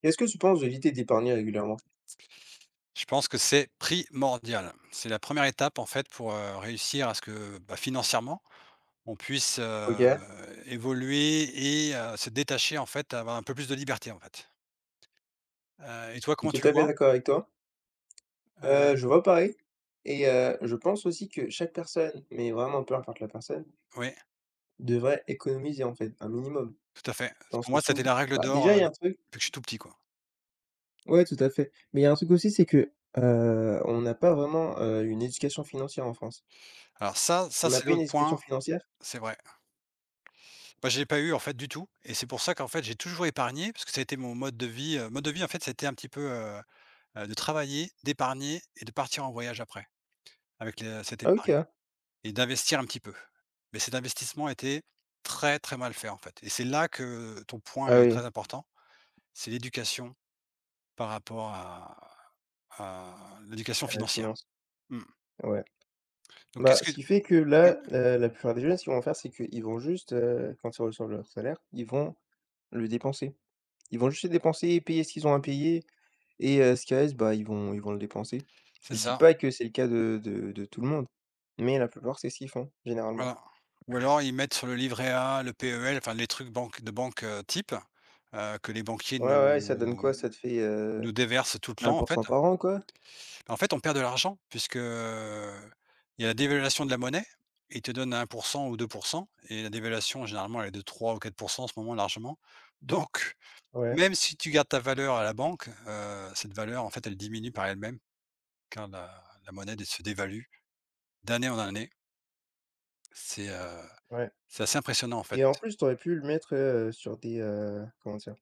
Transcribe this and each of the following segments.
Qu'est-ce que tu penses de l'idée d'épargner régulièrement? Je pense que c'est primordial. C'est la première étape en fait pour, réussir à ce que, bah, financièrement, on puisse, OK, je évoluer et se détacher en fait, avoir un peu plus de liberté en fait. Et toi suis comment tout tu le à fait vois? d'accord avec toi. Heu, Heu, je vois pareil et je pense aussi que chaque personne, mais vraiment peu importe la personne, oui, devrait économiser, en fait, un minimum. tout à fait. Dans le Pour moi, sens c'était où, la règle bah, d'or, déjà, il y a un truc. depuis que je suis tout petit quoi. Ouais, tout à fait. Mais il y a un truc aussi, c'est que, on n'a pas vraiment, une éducation financière en France. Alors ça On ça n'a c'est pas une l'autre éducation point, financière? c'est vrai. Moi je l'ai pas eu en fait du tout et c'est pour ça qu'en fait j'ai toujours épargné parce que ça a été mon mode de vie, en fait, c'était un petit peu, de travailler, d'épargner et de partir en voyage après avec les cette épargne. OK. Et d'investir un petit peu. Mais cet investissement était très, très mal fait, en fait. Et c'est là que ton point Ah est oui, très important, c'est l'éducation par rapport à à l'éducation à la financière. finance, Mmh. ouais. Donc Bah, qu'est-ce ce que qui fait que oui? là, la plupart des jeunes, ce qu'ils vont faire, c'est qu'ils vont juste, quand ils reçoivent leur salaire, ils vont le dépenser. Ils vont juste le dépenser, payer ce qu'ils ont à payer. Et ce qui reste, bah, ils vont le dépenser. C'est Je dis ça, pas que c'est le cas de tout le monde, mais la plupart, c'est ce qu'ils font, généralement. voilà. Ou alors ils mettent sur le livret A, le PEL, enfin les trucs banque de banque, type, que les banquiers Ouais, ouais, ça donne nous quoi? Ça te fait, nous déversent tout le un temps, en pour fait. cent par an, quoi? En fait, on perd de l'argent puisque, il y a la dévaluation de la monnaie. Ils te donnent à 1 ou 2 et la dévaluation généralement elle est de 3 ou 4 en ce moment largement. Donc Ouais, même si tu gardes ta valeur à la banque, cette valeur en fait elle diminue par elle-même car la monnaie dé se dévalue d'année en année. C'est, heu, ouais. c'est assez impressionnant en fait. Et en plus, t'aurais pu le mettre, sur des, comment dire?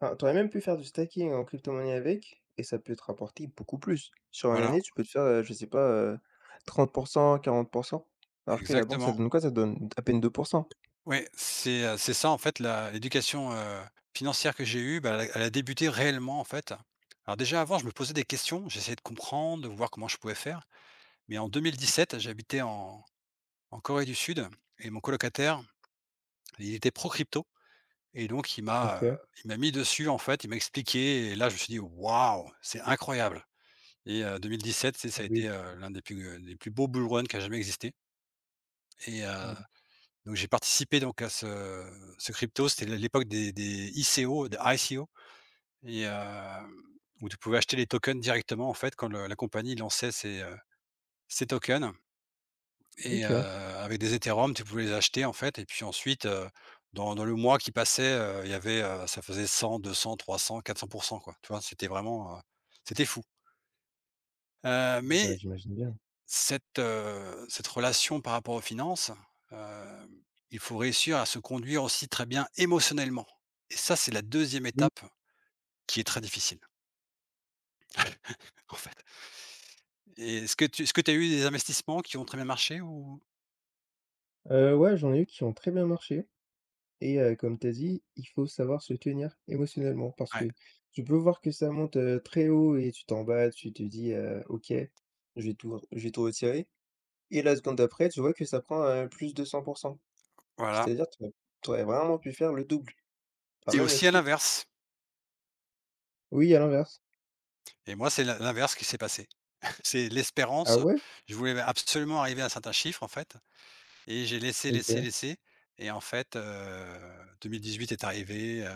Enfin, tu même pu faire du stacking en crypto-monnaie avec et ça peut te rapporter beaucoup plus. Sur une Voilà, année, tu peux te faire, je sais pas, 30, 40. Alors que la banque, ça exactement. donne quoi? Ça donne à peine 2. C'est ça en fait la l'éducation, financière que j'ai eue, bah, elle a débuté réellement en fait. Alors déjà avant, je me posais des questions, j'essayais de comprendre, de voir comment je pouvais faire, mais en 2017, j'habitais en Corée du Sud et mon colocataire, il était pro crypto et donc OK. il m'a mis dessus en fait, il m'a expliqué et là je me suis dit: «Waouh, c'est incroyable» et 2017, tu sais, Ah ça a oui. été, l'un des plus beaux bull run qui a jamais existé et heu Donc j'ai participé donc à ce crypto, c'était l'époque des ICO, des ICO et heu, où tu pouvais acheter les tokens directement en fait quand le la compagnie lançait ses, ses tokens Ah OK. Ouais, avec des Ethereum, tu pouvais les acheter en fait et puis ensuite, dans le mois qui passait, il y avait, ça faisait 100%, 300 400 quoi. Tu vois? C'était vraiment, c'était fou. Heu, bah, mais j'imagine bien. cette, cette relation par rapport aux finances, heu, il faut réussir à se conduire aussi très bien émotionnellement et ça, c'est la deuxième Oui, étape qui est très difficile, en fait et est-ce que tu as eu des investissements qui ont très bien marché ou? Ouais, j'en ai eu qui ont très bien marché. Et comme tu as dit, il faut savoir se tenir émotionnellement parce Ouais, que tu peux voir que ça monte, très haut et tu t'en bats, tu te dis: OK, je vais tout retirer» et la seconde d'après, tu vois que ça prend, plus de 100. voilà C'est-à-dire tu aurais vraiment pu faire le double, enfin et même le aussi à triple. l'inverse Oui, à l'inverse. et moi, c'est l'inverse qui s'est passé. C'est Ah l'espérance. ouais? Je voulais absolument arriver à un certain chiffre, en fait. Et j'ai laissé, laissé, OK, laissé et en fait, 2018 est arrivé,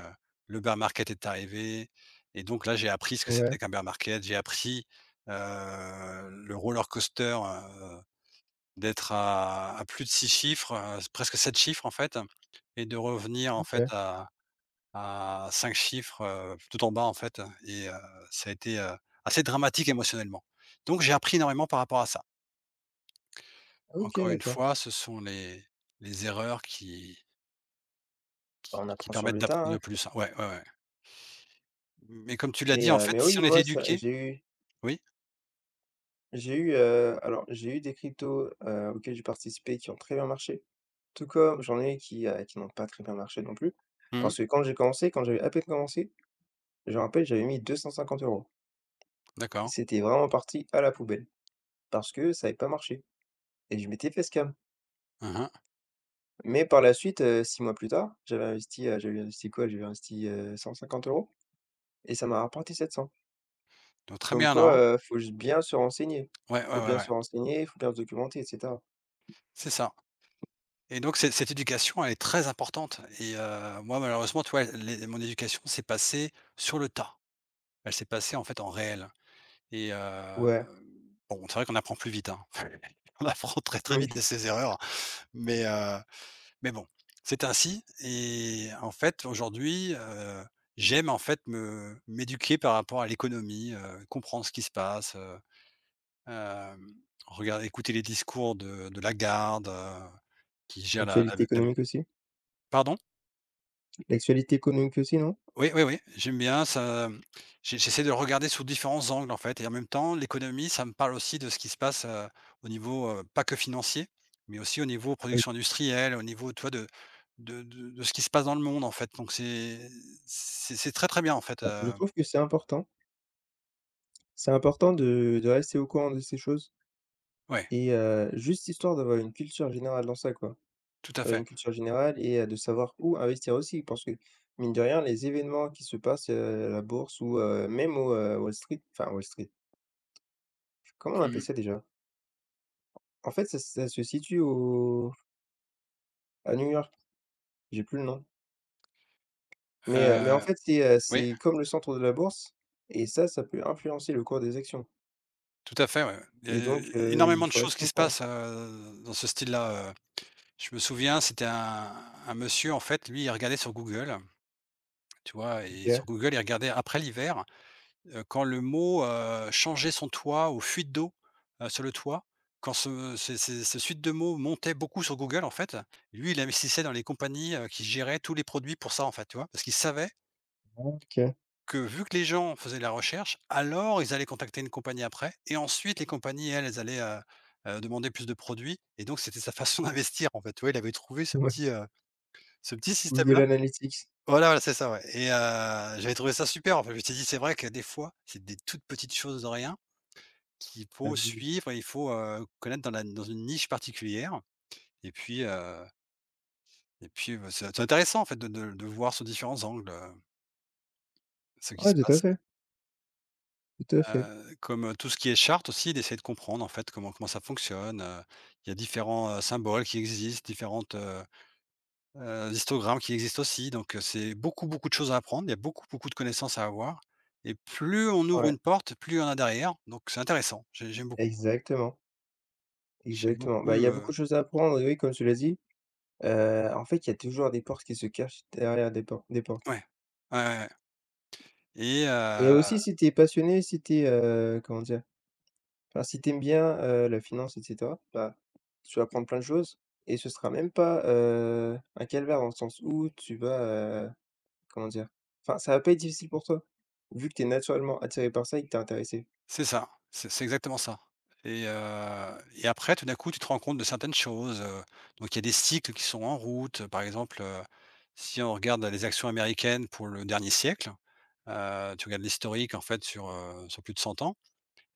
le bear market est arrivé et donc là, j'ai appris ce que ouais, c'était qu'un bear market. J'ai appris, le roller coaster, d'être à plus de 6 chiffres, presque 7 chiffres, en fait et de revenir, en fait, OK. À 5 chiffres, tout en bas, en fait et heu, ça a été, assez dramatique émotionnellement. Donc j'ai appris énormément par rapport à ça. OK, Encore une d'accord. fois, ce sont les erreurs qui Bah, Qui on qui apprend sur permettent le tas, d'apprendre hein, plus, hein. Ouais, ouais, ouais. Mais comme tu l'as dit, en fait, mais oui, si on est moi ça éduqué j'ai eu. oui? J'ai eu, alors j'ai eu des cryptos, auxquels j'ai participé qui ont très bien marché, tout comme j'en ai qui n'ont pas très bien marché non plus. Mmh. Parce que quand j'ai commencé, quand j'avais à peine commencé, je me rappelle, j'avais mis 250 euros. D'accord. C'était vraiment parti à la poubelle parce que ça n'avait pas marché et je m'étais fait scam. Mmh. Mais par la suite, 6 mois plus tard, j'avais investi quoi? J'avais investi, 150 euros et ça m'a rapporté 700. Donc très Comme bien là, quoi, hein? Faut j bien se renseigner. Ouais, ouais, Faut ouais, bien se ouais. renseigner, faut bien se documenter et cetera. C'est ça. Et donc cette éducation, elle est très importante moi malheureusement, tu vois, les mon éducation s'est passée sur le tas. Elle s'est passée, en fait, en réel et heu, Ouais, bon, c'est vrai qu'on apprend plus vite, hein. On apprend très, très vite de oui, ses erreurs, mais heu Mais bon, c'est ainsi et en fait, aujourd'hui, j'aime en fait me m'éduquer par rapport à l'économie, comprendre ce qui se passe, hem, regarder écouter les discours de Lagarde, qui gère la l'actualité la la économique aussi. pardon? L'actualité économique aussi, non? Oui, oui, oui, j'aime bien ça, mmh, j'essaie de le regarder sous différents angles, en fait et en même temps, l'économie, ça me parle aussi de ce qui se passe, au niveau, pas que financier, mais aussi au niveau Heu, production industrielle, au niveau, tu vois, de ce qui se passe dans le monde, en fait. C'est très, très bien, en fait, ouais, je trouve que c'est important. C'est important de rester au courant de ces choses ouais, et juste histoire d'avoir une culture générale dans ça, quoi. tout à D'avoir fait. une culture générale et de savoir où investir aussi parce que mine de rien, les événements qui se passent, à la bourse ou même au, Wall Street enfin Wall Street, comment on Mmh appelle mh, ça déjà? En fait, ça se situe au à New York, j'ai plus le nom. Mais en fait, oui, c'est comme le centre de la bourse et ça peut influencer le cours des actions tout à fait, ouais, ouais. Il y et donc a il énormément de faut choses rester qui au se courant. passent, dans ce style-là. Je me souviens, c'était un monsieur, en fait, lui, il regardait sur Google. Tu vois? Et sur OK. Google, ils regardaient après l'hiver, quand le mot, changeait son toit ou fuite d'eau, sur le toit, quand ce ces ces ces suites de mots montaient beaucoup sur Google, en fait, lui, il investissait dans les compagnies, qui géraient tous les produits pour ça, en fait, tu vois? Parce qu'il savait OK. que vu que les gens faisaient la recherche, alors ils allaient contacter une compagnie après et ensuite les compagnies, elles, elles allaient, demander plus de produits et donc c'était sa façon d'investir, en fait, tu vois? Il avait trouvé Ouais, ce petit Google système-là. Analytics. Voilà, voilà, c'est ça, ouais j'avais trouvé ça super, en fait. Je t'ai dit: «C'est vrai que des fois, c'est des toutes petites choses de rien qu'il Ah faut oui. suivre et il faut, connaître dans la dans une niche particulière» et puis, heu et puis, bah, c'est intéressant, en fait, de voir sous différents angles, ce qui Ouais, se tout à passe. fait, tout à fait. Tout ce qui est charte aussi, d'essayer de comprendre, en fait, comment ça fonctionne, il y a différents, symboles qui existent, différentes, d'histogrammes qui existent aussi, donc c'est beaucoup, beaucoup de choses à apprendre. Il y a beaucoup, beaucoup de connaissances à avoir et plus on ouvre Ouais, une porte, plus il y en a derrière, donc c'est intéressant. J'aime beaucoup. exactement, J'aime exactement. beaucoup, Bah, il y a beaucoup de choses à apprendre, oui, comme tu l'as dit. En fait, il y a toujours des portes qui se cachent derrière des portes. ouais. Ouais, ouais, ouais et Et heu, aussi, si t'es passionné, si t'es es, comment dire? Enfin, si t'aimes bien, la finance et cetera, bah, tu vas apprendre plein de choses et ce sera même pas, un calvaire dans le sens où tu vas, heu. Comment dire? Enfin, ça va pas être difficile pour toi, vu que tu es naturellement attiré par ça et que t'es intéressé. c'est ça, c'est exactement ça et après tout d'un coup, tu te rends compte de certaines choses, donc il y a des cycles qui sont en route. Par exemple, si on regarde les actions américaines pour le dernier siècle, tu regardes l'historique en fait sur, sur plus de 100 ans.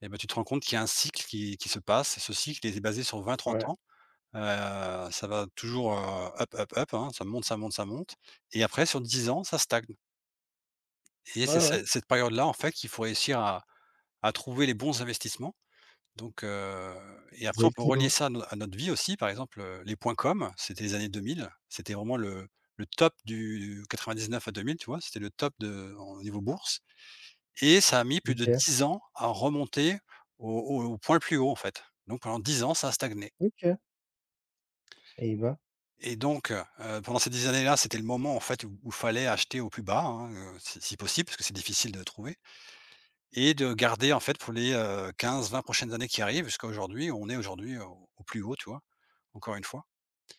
Et ben tu te rends compte qu'il y a un cycle qui se passe. Ce cycle est basé sur 20-30 Ouais, ans. Ça va toujours, up, up, up, hein, ça monte, ça monte, ça monte et après sur 10 ans, ça stagne et ouais, c'est ouais, ce cette période-là, en fait, qu'il faut réussir à trouver les bons investissements donc et après on peut relier exactement. ça à no à notre vie aussi. Par exemple, les points com, c'était les années 2000. C'était vraiment le top du 99 à 2000, tu vois? C'était le top de au niveau bourse et ça a mis plus de OK, 10 ans à remonter au au point le plus haut, en fait. Donc pendant 10 ans, ça a stagné OK et bah, et donc heu, pendant ces 10 années-là, c'était le moment, en fait, où il fallait acheter au plus bas, hein, si possible, parce que c'est difficile de trouver et de garder, en fait, pour les, 15, 20 prochaines années qui arrivent jusqu'à aujourd'hui, on est aujourd'hui au plus haut, tu vois? Encore une fois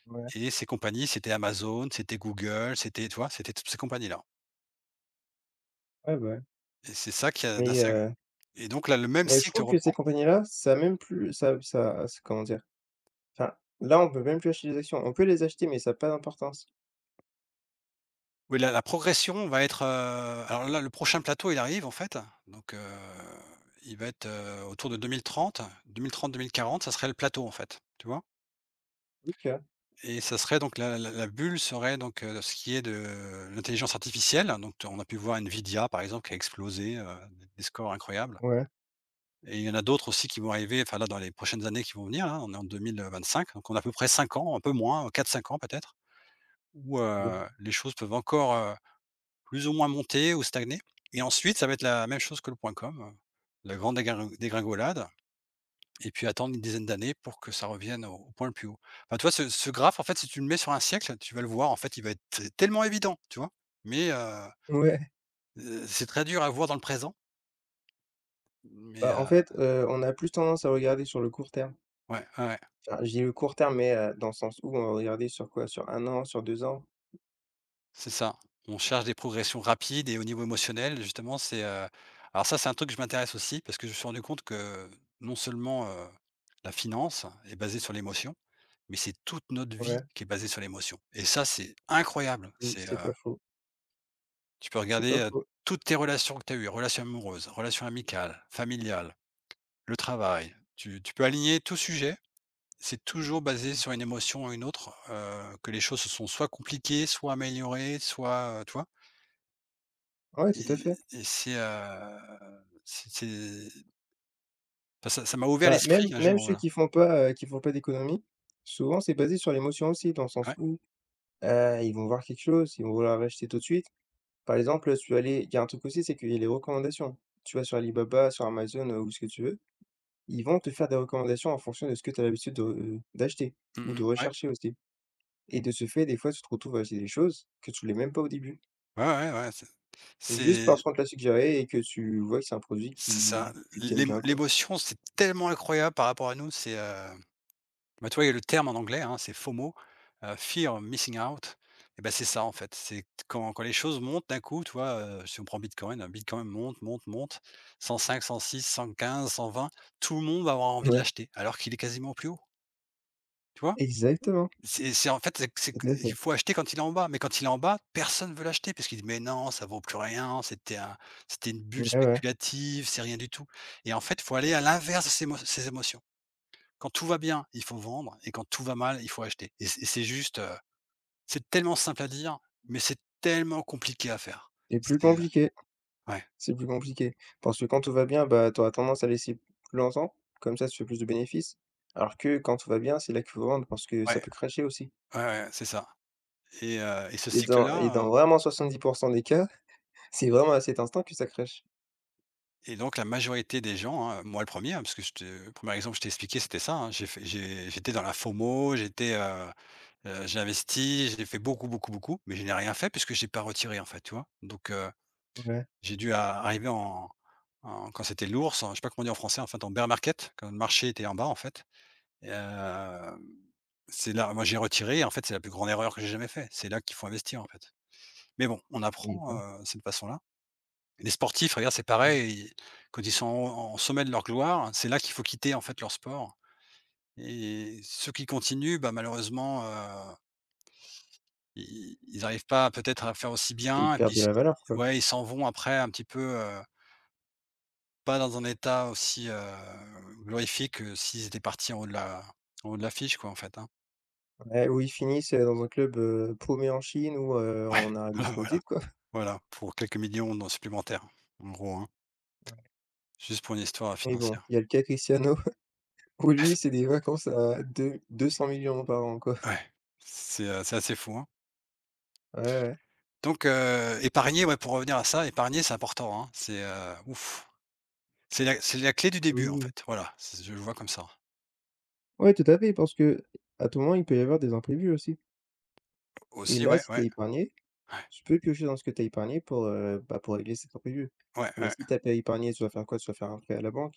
ouais, ouais, et ces compagnies, c'était Amazon, c'était Google, c'était, tu vois? C'était toutes ces compagnies-là bah, ouais et c'est ça qui a mais d'assez heu, et donc là, le même mais je cycle trouve que ces reprend. compagnies-là, ça a même plus ça ça comment dire? Enfin, là, on peut même plus acheter les actions. On peut les acheter, mais ça a pas d'importance. Oui, la la progression va être, alors là, le prochain plateau, il arrive, en fait, donc il va être, autour de 2030-2030-2040, ça serait le plateau, en fait, tu vois? OK. Et ça serait donc la bulle serait donc ce qui est de l'intelligence artificielle. Donc on a pu voir Nvidia, par exemple, qui a explosé, des scores incroyables Ouais, et il y en a d'autres aussi qui vont arriver, enfin, là, dans les prochaines années qui vont venir, hein. On est en 2025, donc on a à peu près 5 ans, un peu moins, 4-5 ans peut-être, où ouais. Les choses peuvent encore, plus ou moins monter ou stagner, et ensuite ça va être la même chose que le point com, la grande dégringolade, et puis attendre une dizaine d'années pour que ça revienne au point le plus haut. Enfin, tu vois, ce graphe, en fait, si tu le mets sur un siècle, tu vas le voir, en fait, il va être t tellement évident, tu vois? Mais Ouais, c'est très dur à voir dans le présent, mais bah, en fait, on a plus tendance à regarder sur le court terme. ouais, ouais, ouais, Enfin, je dis le court terme, mais dans le sens où on va regarder sur quoi? Sur un an, sur 2 ans? c'est ça. On cherche des progressions rapides et au niveau émotionnel, justement, c'est, alors ça, c'est un truc que je m'intéresse aussi parce que je me suis rendu compte que non seulement, la finance est basée sur l'émotion, mais c'est toute notre vie Ouais, qui est basée sur l'émotion, et ça, c'est incroyable. oui, C'est, c'est pas faux. tu peux C'est regarder, pas faux. toutes tes relations que tu as eues: relations amoureuses, relations amicales, familiales, le travail. Tu peux aligner tout sujet, c'est toujours basé sur une émotion ou une autre, que les choses se sont soit compliquées, soit améliorées, soit, tu vois? Ouais, Et tout à fait. et c'est enfin, ça m'a ouvert Bah, même l'esprit un même jour, ceux voilà. Qui font pas d'économie, souvent c'est basé sur l'émotion aussi, dans le sens Ouais. où, ils vont voir quelque chose, ils vont vouloir l'acheter tout de suite. Par exemple, tu vas aller il y a un truc aussi, c'est qu'il y a les recommandations. Tu vas sur Alibaba, sur Amazon, ou ce que tu veux, ils vont te faire des recommandations en fonction de ce que tu as l'habitude de, d'acheter Mmh ou de mh. Ouais. rechercher aussi et de ce fait, des fois, tu te retrouves à acheter des choses que tu voulais même pas au début, Ouais, ouais, ouais, juste c'est parce qu'on te l'a suggéré et que tu vois que c'est un produit C'est qui ça. que tu bien, quoi. L'émotion, c'est tellement incroyable par rapport à nous. C'est, bah, tu vois, il y a le terme en anglais, hein, c'est FOMO, Fear of Missing Out, et ben c'est ça, en fait. C'est quand les choses montent d'un coup, tu vois, si on prend Bitcoin, hein, Bitcoin monte, monte, monte, 105, 106, 115, 120, tout le monde va avoir envie de Ouais, l'acheter alors qu'il est quasiment au plus haut, tu vois? exactement, C'est en fait, c'est que tout à il fait. faut acheter quand il est en bas, mais quand il est en bas, personne veut l'acheter parce qu'il dit: «Mais non, ça vaut plus rien, c'était une bulle Ouais, ouais spéculative, c'est rien du tout». Et en fait, il faut aller à l'inverse de ses émotions. Quand tout va bien, il faut vendre, et quand tout va mal, il faut acheter, et c'est juste, c'est tellement simple à dire, mais c'est tellement compliqué à faire. c'est plus C'est, compliqué. ouais, C'est plus compliqué. Parce que quand tout va bien, bah, tu auras tendance à laisser plus longtemps, comme ça tu fais plus de bénéfices. Alors que quand tout va bien, c'est là qu'il faut vendre parce que ouais, ça peut crasher aussi. ouais, ouais, ouais, c'est ça, et ce Et dans cycle-là. vraiment 70 des cas, c'est vraiment à cet instant que ça crache. Et donc la majorité des gens, hein, moi le premier, hein, parce que je te le 1er exemple que je t'ai expliqué, c'était ça, hein. J'étais dans la FOMO, j'étais, j'ai investi, j'ai fait beaucoup, beaucoup, beaucoup, mais je n'ai rien fait puisque j'ai pas retiré, en fait, tu vois? Donc Ouais, j'ai dû a arriver en quand c'était l'ours, en je sais pas comment on dit en français, en fait, en bear market, quand le marché était en bas, en fait, et c'est là moi j'ai retiré, en fait, c'est la plus grande erreur que j'ai jamais fait. C'est là qu'il faut investir, en fait. Mais bon, on et ben, apprend, cette façon-là. Les sportifs, regarde, c'est ouais. pareil, quand ils sont en sommet de leur gloire, c'est là qu'il faut quitter, en fait, leur sport, et ceux qui continuent, bah, malheureusement, ils arrivent pas peut-être à faire aussi Et ils bien, et puis perdent de s la valeur, quoi. ouais, ils s'en vont après un petit peu, pas dans un état aussi, glorifique que s'ils étaient partis en haut de l'affiche, quoi, en fait, hein. Ouais, ou ils finissent, dans un club, paumé en Chine ou, Ouais, en Arabie voilà, voilà, Saoudite, quoi. voilà, pour quelques millions dans supplémentaires, en gros, hein, juste pour une histoire Mais bon, financière. il y a le cas Cristiano où lui, c'est des vacances à deux 200 millions par an, quoi. Ouais, c'est assez fou, hein. Ouais, ouais. Donc épargner, ouais, pour revenir à ça, épargner, c'est important, hein. C'est, ouf, c'est la clé du Oui, début, en oui. fait. Voilà, c'est je le vois comme ça. Ouais, tout à fait, parce que à tout moment, il peut y avoir des imprévus aussi. Et Aussi, là, ouais, si tu ouais, as épargné, ouais, tu peux piocher dans ce que tu as épargné pour, bah, pour régler cet imprévu. ouais, Mais ouais. si tu as pas épargné, tu vas faire quoi? Tu vas faire un prêt à la banque,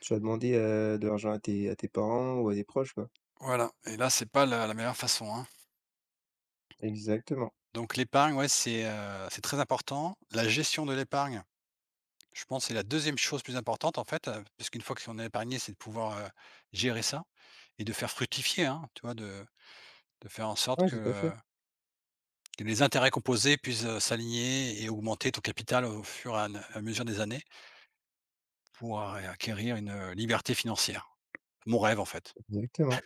tu vas demander, de l'argent à tes parents ou à des proches, quoi. Voilà, et là, c'est pas la meilleure façon, hein. Exactement. Donc l'épargne, ouais, c'est très important. La gestion de l'épargne, je pense, c'est la deuxième chose plus importante, en fait, parce qu'une fois que on a épargné, c'est de pouvoir, gérer ça et de faire fructifier, hein, tu vois? De faire en sorte Oui, tout à fait, que les intérêts composés puissent, s'aligner et augmenter ton capital au fur et à mesure des années, pour a acquérir une, liberté financière. Mon rêve, en fait, exactement.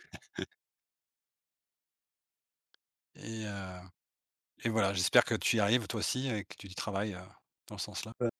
et heu et voilà, j'espère que tu y arrives toi aussi et que tu y travailles, dans le sens-là.